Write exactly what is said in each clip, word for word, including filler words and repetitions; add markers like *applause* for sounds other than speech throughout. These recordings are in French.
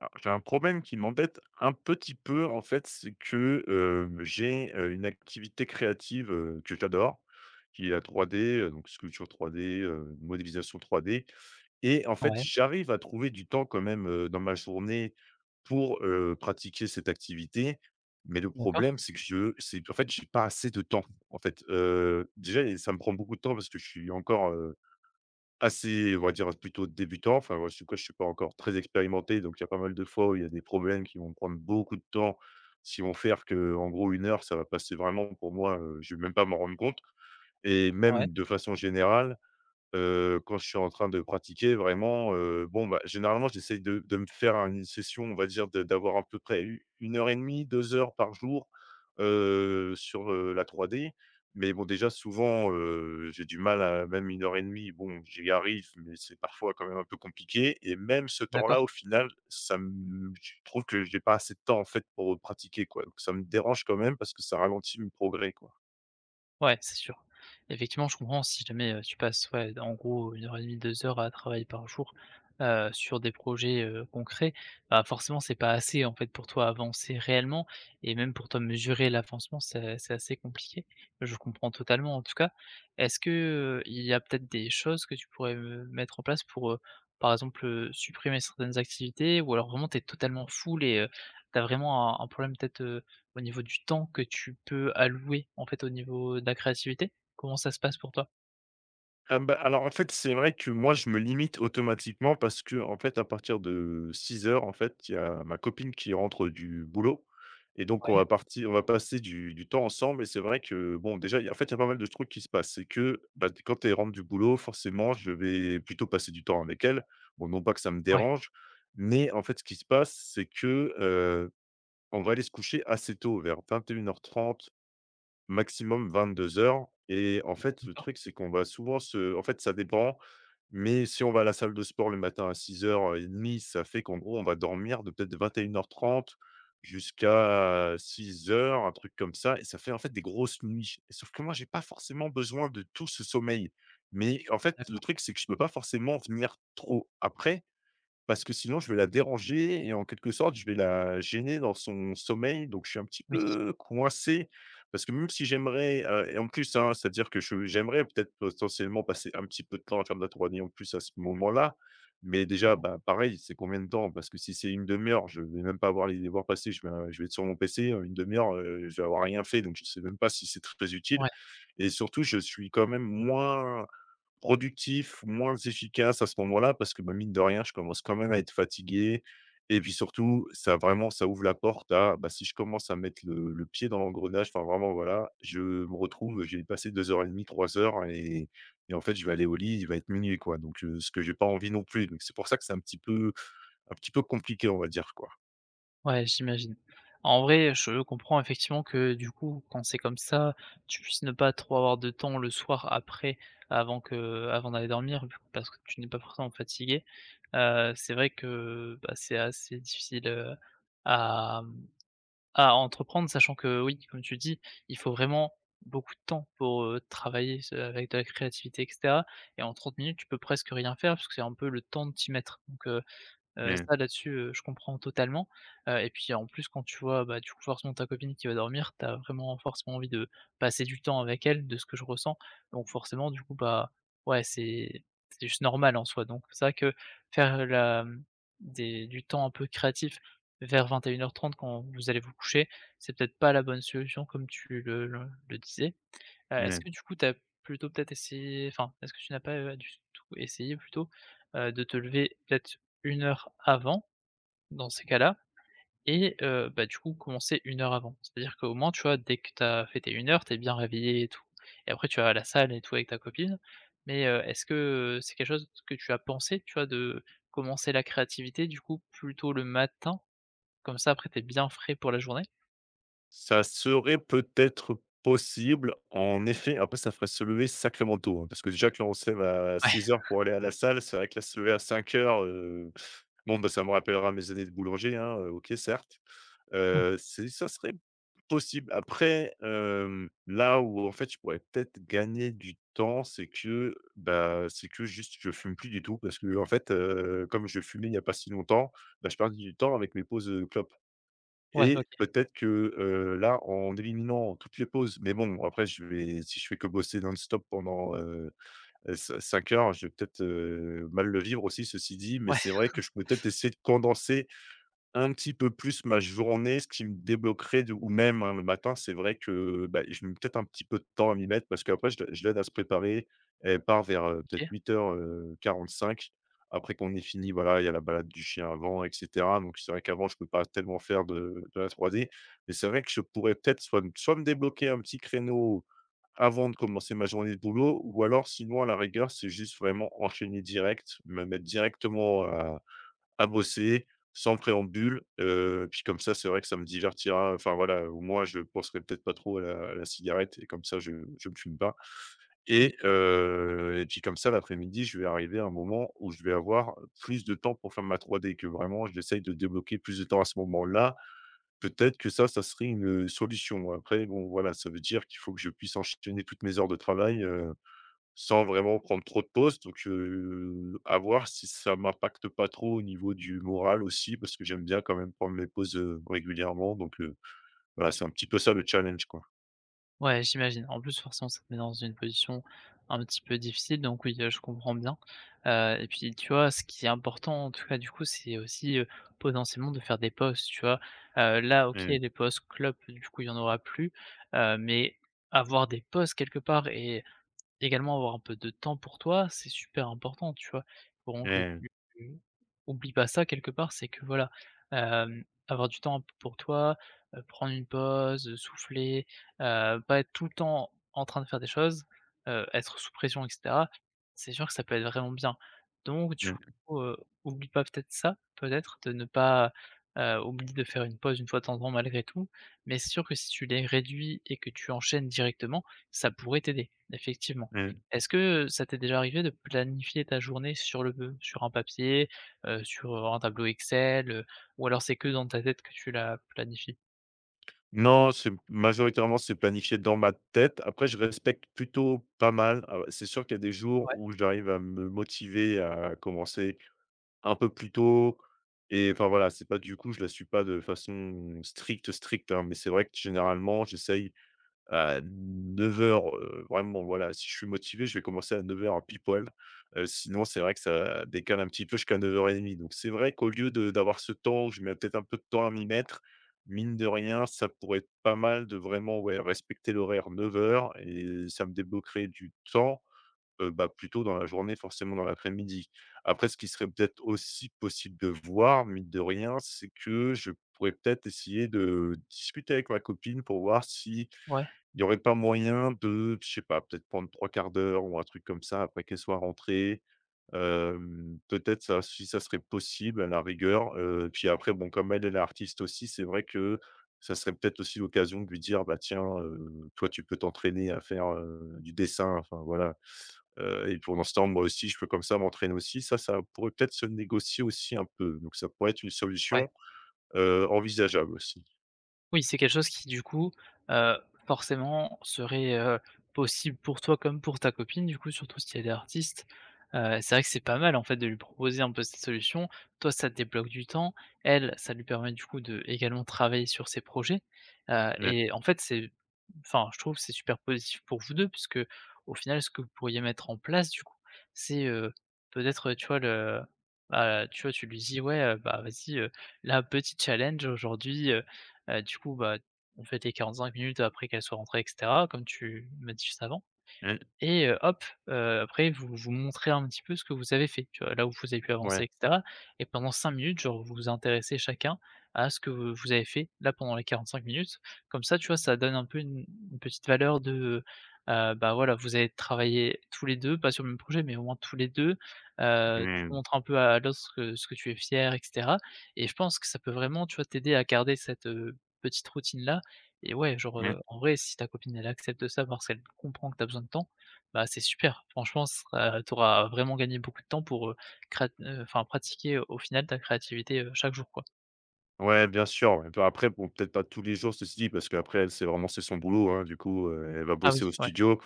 Alors, j'ai un problème qui m'embête un petit peu, en fait. C'est que, heu, j'ai, heu, une activité créative, heu, que j'adore, qui est la trois D, heu, donc sculpture trois D, heu, modélisation trois D. Et en fait, Ouais, j'arrive à trouver du temps quand même, heu, dans ma journée pour, heu, pratiquer cette activité. Mais le d'accord, problème, c'est que je c'est qu'en fait, j'ai pas assez de temps, en fait. Heu, déjà ça me prend beaucoup de temps parce que je suis encore assez, on va dire, plutôt débutant. Enfin, moi, en je suis pas encore très expérimenté, donc il y a pas mal de fois où il y a des problèmes qui vont me prendre beaucoup de temps, qui vont faire que en gros une heure, ça va passer vraiment pour moi, heu, je vais même pas m'en rendre compte. Et ouais, même de façon générale, Heu, quand je suis en train de pratiquer vraiment, heu, bon, bah, généralement, j'essaye de de me faire une session, on va dire de d'avoir à peu près u une heure et demie, deux heures par jour, heu, sur, heu, la trois D. Mais bon, déjà souvent, heu, j'ai du mal à même une heure et demie. Bon, j'y arrive, mais c'est parfois quand même un peu compliqué, et même ce d'accord. temps-là, au final, ça me je trouve que j'ai pas assez de temps, en fait, pour pratiquer, quoi. Donc ça me dérange quand même parce que ça ralentit mes progrès, quoi. Ouais, c'est sûr. Effectivement, je comprends si jamais, heu, tu passes, ouais, en gros une heure et demie, deux heures à travailler par jour, heu, sur des projets, heu, concrets. Bah, forcément c'est pas assez en fait pour toi avancer réellement et même pour toi mesurer l'avancement c'est c'est assez compliqué. Je comprends totalement en tout cas. Est-ce que, heu, il y a peut-être des choses que tu pourrais, heu, mettre en place pour, heu, par exemple, heu, supprimer certaines activités ou alors vraiment t'es totalement full et heu, tu vraiment un un problème peut-être, au niveau du temps que tu peux allouer, en fait, au niveau de la créativité, comment ça se passe pour toi? Ah bah, alors, en fait, c'est vrai que moi, je me limite automatiquement parce que en fait, à partir de six heures en fait, il y a ma copine qui rentre du boulot, et donc on Ouais, va partir on va passer du du temps ensemble. Et c'est vrai que, bon, déjà, il y a en fait, il y a pas mal de trucs qui se passent. C'est que, bah, quand elle rentre du boulot, forcément, je vais plutôt passer du temps avec elle. Bon, non pas que ça me ouais, dérange, mais en fait, ce qui se passe, c'est que, heu, on va aller se coucher assez tôt, vers vingt et une heures trente. Maximum vingt-deux heures. Et en fait, le d'accord, truc, c'est qu'on va souvent se en fait, ça dépend, mais si on va à la salle de sport le matin à six heures trente, ça fait qu'en gros, on va dormir de peut-être vingt et une heures trente jusqu'à six heures, un truc comme ça, et ça fait, en fait, des grosses nuits. Sauf que moi, j'ai pas forcément besoin de tout ce sommeil. Mais en fait, le d'accord, truc, c'est que je peux pas forcément venir trop après, parce que sinon, je vais la déranger et en quelque sorte, je vais la gêner dans son sommeil. Donc, je suis un petit oui, peu coincé parce que même si j'aimerais, heu et en plus, hein, c'est-à-dire que je j'aimerais peut-être potentiellement passer un petit peu de temps à faire de la trois D en plus à ce moment-là. Mais déjà, ouais, bah, pareil, c'est combien de temps? Parce que si c'est une demi heure, je vais même pas avoir les devoirs passés. Je vais, heu, je vais être sur mon P C, heu, une demi heure, heu, je vais avoir rien fait, donc je sais même pas si c'est très utile. ouais, Et surtout, je suis quand même moins productif, moins efficace à ce moment-là parce que, bah, mine de rien, je commence quand même à être fatigué. Et puis surtout, ça vraiment, ça ouvre la porte à, bah, si je commence à mettre le le pied dans l'engrenage, enfin vraiment, voilà, je me retrouve, j'ai passé deux heures et demie trois heures, et et en fait, je vais aller au lit, il va être minuit quoi, donc heu, ce que j'ai pas envie non plus, donc c'est pour ça que c'est un petit peu un petit peu compliqué, on va dire, quoi. ouais, j'imagine. En vrai, je comprends effectivement que, du coup, quand c'est comme ça, tu puisses ne pas trop avoir de temps le soir après, avant que avant d'aller dormir, vu que- parce que tu n'es pas forcément fatigué. Heu, c'est vrai que, bah, c'est assez difficile heu, à, mmh à entreprendre, sachant que oui, comme tu dis, il faut vraiment beaucoup de temps pour, heu, travailler ce avec de la créativité et cetera et en trente minutes, tu peux presque rien faire parce que c'est un peu le temps de t'y mettre, donc heu, Heu, Mmh. ça là-dessus, heu, je comprends totalement, heu et puis en plus quand tu vois, bah, du coup forcément ta copine qui va dormir, t'as vraiment forcément envie de passer du temps avec elle, de ce que je ressens. Donc forcément du coup, bah, ouais c'est c'est juste normal en soi. Donc c'est vrai que faire la mmh, des du temps un peu créatif vers vingt et une heures trente quand vous allez vous coucher, c'est peut-être pas la bonne solution comme tu le le le disais. Heu, est-ce Mmh. que du coup tu as plutôt peut-être essayé enfin, est-ce que tu n'as pas, heu, du tout essayé plutôt, heu, de te lever peut-être une heure avant dans ces cas-là et heu, bah, du coup commencer une heure avant? C'est-à-dire qu'au moins, tu vois, dès que tu as fait tes une heure, tu es bien réveillé et tout et après tu vas à la salle et tout avec ta copine mais heu, est-ce que, c'est quelque chose que tu as pensé, tu vois, de commencer la créativité du coup plutôt le matin? Comme ça après tu es bien frais pour la journée? Ça serait peut-être possible. En effet, après ça ferait se lever sacrément tôt, hein, parce que déjà que là on se lève à Ouais. six heures pour aller à la salle, c'est vrai que là se lever à cinq heures, heu, bon, bah, ça me rappellera mes années de boulanger, hein, heu, OK, certes. Heu, c'est Ça serait possible. Après, hem, là où en fait je pourrais peut-être gagner du temps, c'est que, bah, c'est que juste je fume plus du tout parce que en fait, heu, comme je fumais il n'y a pas si longtemps, bah, je perds du temps avec mes pauses, heu, clopes. Ouais, Et OK. peut-être que, heu, là, en éliminant toutes les pauses, mais bon, après je vais si je fais que bosser non-stop pendant, heu heu, heures, je vais peut-être, heu, mal le vivre aussi ceci dit, mais Ouais, c'est vrai que je peux peut-être essayer de condenser un petit peu plus ma journée, ce qui me débloquerait de ou même, hein, le matin, c'est vrai que, bah, je mets peut-être un petit peu de temps à m'y mettre parce qu'après je la je l'aide à se préparer. Elle part vers, heu, peut-être *laughs* huit heures quarante-cinq après qu'on ait fini, voilà, il y a la balade du chien avant et cetera. Donc c'est vrai qu'avant je peux pas tellement faire de de la trois D. Mais c'est vrai que je pourrais peut-être soit me soit me débloquer un petit créneau avant de commencer ma journée de boulot, ou alors sinon à la rigueur, c'est juste vraiment enchaîner direct, me mettre directement à bosser, sans préambule, heu, puis comme ça, c'est vrai que ça me divertira. Enfin voilà, au moins je penserai peut-être pas trop à la à la cigarette et comme ça je je me fume pas. OK. Et heu et puis comme ça l'après-midi, je vais arriver à un moment où je vais avoir plus de temps pour faire ma trois D, que vraiment j'essaye de débloquer plus de temps à ce moment-là. Peut-être que ça, ça serait une solution. Après bon, voilà, ça veut dire qu'il faut que je puisse enchaîner toutes mes heures de travail, heu sans vraiment prendre trop de pauses, donc heu, à voir si ça m'impacte pas trop au niveau du moral aussi, parce que j'aime bien quand même prendre mes pauses, heu, régulièrement, donc heu, voilà, c'est un petit peu ça le challenge, quoi. Ouais, j'imagine. En plus, forcément, ça te met dans une position un petit peu difficile, donc oui, heu, je comprends bien, heu et puis, tu vois, ce qui est important, en tout cas, du coup, c'est aussi, heu, potentiellement de faire des pauses, tu vois? Heu, là, OK, Mmh, les pauses clopes, du coup, il y en aura plus, heu, mais avoir des pauses quelque part et également avoir un peu de temps pour toi, c'est super important, tu vois? Faut vraiment que mmh, tu tu oublies pas ça quelque part, c'est que voilà, hem, avoir du temps pour toi, heu, prendre une pause, heu, souffler, heu, pas être tout le temps en train de faire des choses, heu, être sous pression et cetera, c'est sûr que ça peut être vraiment bien. Donc du mmh, coup, heu, oublie pas peut-être ça, peut-être de ne pas, heu, oublier de faire une pause une fois de temps en temps malgré tout, mais c'est sûr que si tu les réduis et que tu enchaînes directement, ça pourrait t'aider, effectivement. mmh. Est-ce que ça t'est déjà arrivé de planifier ta journée sur le, sur un papier, heu, sur, un tableau Excel, heu, ou alors c'est que dans ta tête que tu la planifies? Non, c'est majoritairement, c'est planifié dans ma tête. Après, je respecte plutôt pas mal. Ah, c'est sûr qu'il y a des jours Ouais, où j'arrive à me motiver à commencer un peu plus tôt, et enfin, voilà, c'est pas du coup, je la suis pas de façon stricte, stricte, hein, mais c'est vrai que généralement, j'essaye à neuf heures heu, vraiment, voilà, si je suis motivé, je vais commencer à neuf heures pile poil. Heu, sinon, c'est vrai que ça décale un petit peu jusqu'à neuf heures trente. Donc c'est vrai qu'au lieu de d'avoir ce temps où je mets peut-être un peu de temps à m'y mettre, mine de rien, ça pourrait être pas mal de vraiment, ouais, respecter l'horaire neuf heures, et ça me débloquerait du temps, heu, bah, plutôt dans la journée, forcément dans l'après-midi. Après ce qui serait peut-être aussi possible de voir, mine de rien, c'est que je pourrais peut-être essayer de discuter avec ma copine pour voir si ouais, il n'y aurait pas moyen de, je sais pas, peut-être prendre trois quarts d'heure ou un truc comme ça après qu'elle soit rentrée? Hem, peut-être ça, si ça serait possible à la rigueur, heu, puis après bon comme elle, elle est artiste aussi, c'est vrai que ça serait peut-être aussi l'occasion de lui dire: «Bah tiens, heu, toi tu peux t'entraîner à faire, heu, du dessin», enfin voilà, heu, et pour l'instant, moi aussi je peux comme ça m'entraîner aussi. Ça, ça pourrait peut-être se négocier aussi un peu, donc ça pourrait être une ouais. solution, heu, envisageable aussi. Oui, c'est quelque chose qui du coup, heu, forcément serait, heu, possible pour toi comme pour ta copine du coup, surtout si elle est artiste. Heu, c'est vrai que c'est pas mal en fait de lui proposer un peu cette solution. Toi, ça te débloque du temps. Elle, ça lui permet du coup de également travailler sur ses projets. Heu Mmh et en fait, c'est enfin, je trouve que c'est super positif pour vous deux puisque au final, ce que vous pourriez mettre en place du coup, c'est, heu, peut-être, tu vois le bah, tu vois, tu lui dis: «Ouais, heu, bah, vas-y, heu, là, petit challenge aujourd'hui. Heu, du coup, bah, on fait tes cinq minutes après qu'elle soit rentrée et cetera, comme tu m'as dit juste avant. mh. Et heu, hop, heu, après vous vous montrez un petit peu ce que vous avez fait, tu vois? Là où vous avez pu avancer Ouais. et cetera et pendant cinq minutes, genre, vous vous intéressez chacun à ce que vous vous avez fait, là, pendant les quarante cinq minutes. Comme ça, tu vois, ça donne un peu une une petite valeur de, heu, bah, voilà, vous avez travaillé tous les deux pas sur le même projet, mais au moins tous les deux. Heu, tu Mmh. montres un peu à l'autre ce que ce que tu es fier et cetera et je pense que ça peut vraiment, tu vois, t'aider à garder cette, heu, petite routine-là. Et ouais, genre, Mmh. heu, en vrai, si ta copine, elle accepte ça parce qu'elle comprend que t'as besoin de temps, bah, c'est super. Franchement, ce tu auras vraiment gagné beaucoup de temps pour, heu, créat heu, enfin pratiquer euh, au final ta créativité, heu, chaque jour, quoi. Ouais, bien sûr, ouais. Bah, après, bon, peut-être pas tous les jours, ceci dit, parce qu'après, elle, c'est vraiment c'est son boulot, hein. Du coup, heu, elle va Ah oui, bosser au ouais, studio.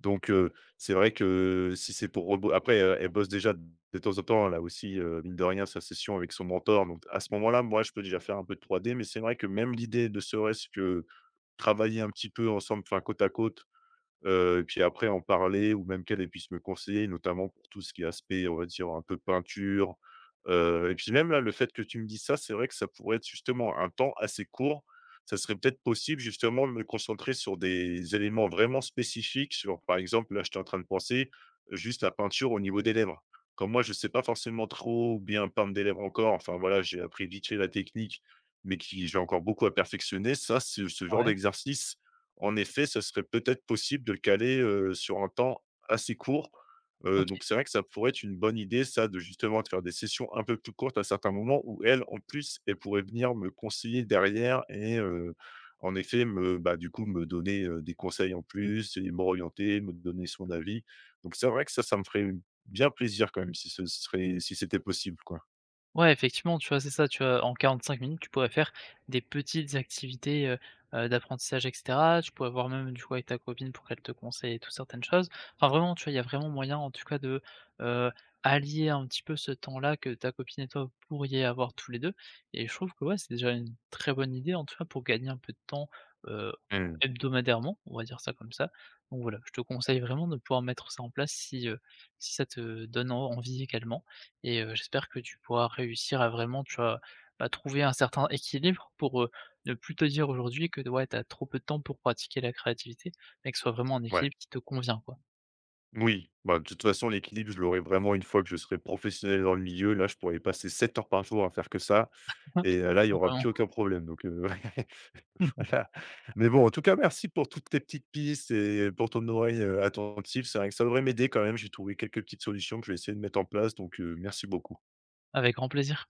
Donc, heu, c'est vrai que si c'est pour rebo après, heu, elle bosse déjà de temps en temps, elle a aussi, heu, mine de rien, sa session avec son mentor. Donc à ce moment-là, moi, je peux déjà faire un peu de trois D, mais c'est vrai que même l'idée, de serait-ce que travailler un petit peu ensemble, enfin, côte à côte. Heu, et puis après en parler ou même qu'elle, elle puisse me conseiller, notamment pour tout ce qui est aspect, on va dire, un peu peinture, heu, et puis même là, le fait que tu me dises ça, c'est vrai que ça pourrait être justement un temps assez court. Ça serait peut-être possible justement de me concentrer sur des éléments vraiment spécifiques, sur par exemple, là, j'étais en train de penser, euh, juste la peinture au niveau des lèvres. Comme moi, je ne sais pas forcément trop bien peindre des lèvres encore, enfin voilà, j'ai appris vite fait la technique, mais qui j'ai encore beaucoup à perfectionner. Ça, c'est ce genre ouais, d'exercice en effet, ce serait peut-être possible de le caler, heu, sur un temps assez court. Heu, OK. Donc c'est vrai que ça pourrait être une bonne idée ça de justement de faire des sessions un peu plus courtes à certains moments où elle, en plus, elle pourrait venir me conseiller derrière, et heu, en effet me bah, du coup me donner, heu, des conseils en plus et m'orienter, me donner son avis. Donc c'est vrai que ça, ça me ferait une bien plaisir quand même si ce serait si c'était possible, quoi. Ouais, effectivement, tu vois, c'est ça, tu vois, en quarante-cinq minutes, tu pourrais faire des petites activités, heu heu, d'apprentissage et cetera. Tu pourrais voir même, du coup, avec ta copine pour qu'elle te conseille et tout, certaines choses. Enfin, vraiment, tu vois, il y a vraiment moyen, en tout cas, de, heu, allier un petit peu ce temps-là que ta copine et toi, pourriez avoir tous les deux. Et je trouve que, ouais, c'est déjà une très bonne idée, en tout cas, pour gagner un peu de temps, heu, Mmh. hebdomadairement, on va dire ça comme ça. Donc voilà, je te conseille vraiment de pouvoir mettre ça en place si, heu, si ça te donne en envie également et heu, j'espère que tu pourras réussir à vraiment, tu vois, bah, trouver un certain équilibre pour, heu, ne plus te dire aujourd'hui que ouais, tu as trop peu de temps pour pratiquer la créativité, mais que ce soit vraiment un Ouais. équilibre qui te convient, quoi. Oui, bah, de toute façon l'équilibre je l'aurai vraiment une fois que je serai professionnel dans le milieu. Là, je pourrais passer sept heures par jour à faire que ça, *laughs* et heu, là, il y aura Vraiment. plus aucun problème donc heu. *laughs* *laughs* *laughs* Voilà. Mais bon, en tout cas, merci pour toutes tes petites pistes et pour ton oreille, heu, attentive. C'est vrai que ça devrait m'aider quand même. J'ai trouvé quelques petites solutions que je vais essayer de mettre en place, donc heu, merci beaucoup. Avec grand plaisir.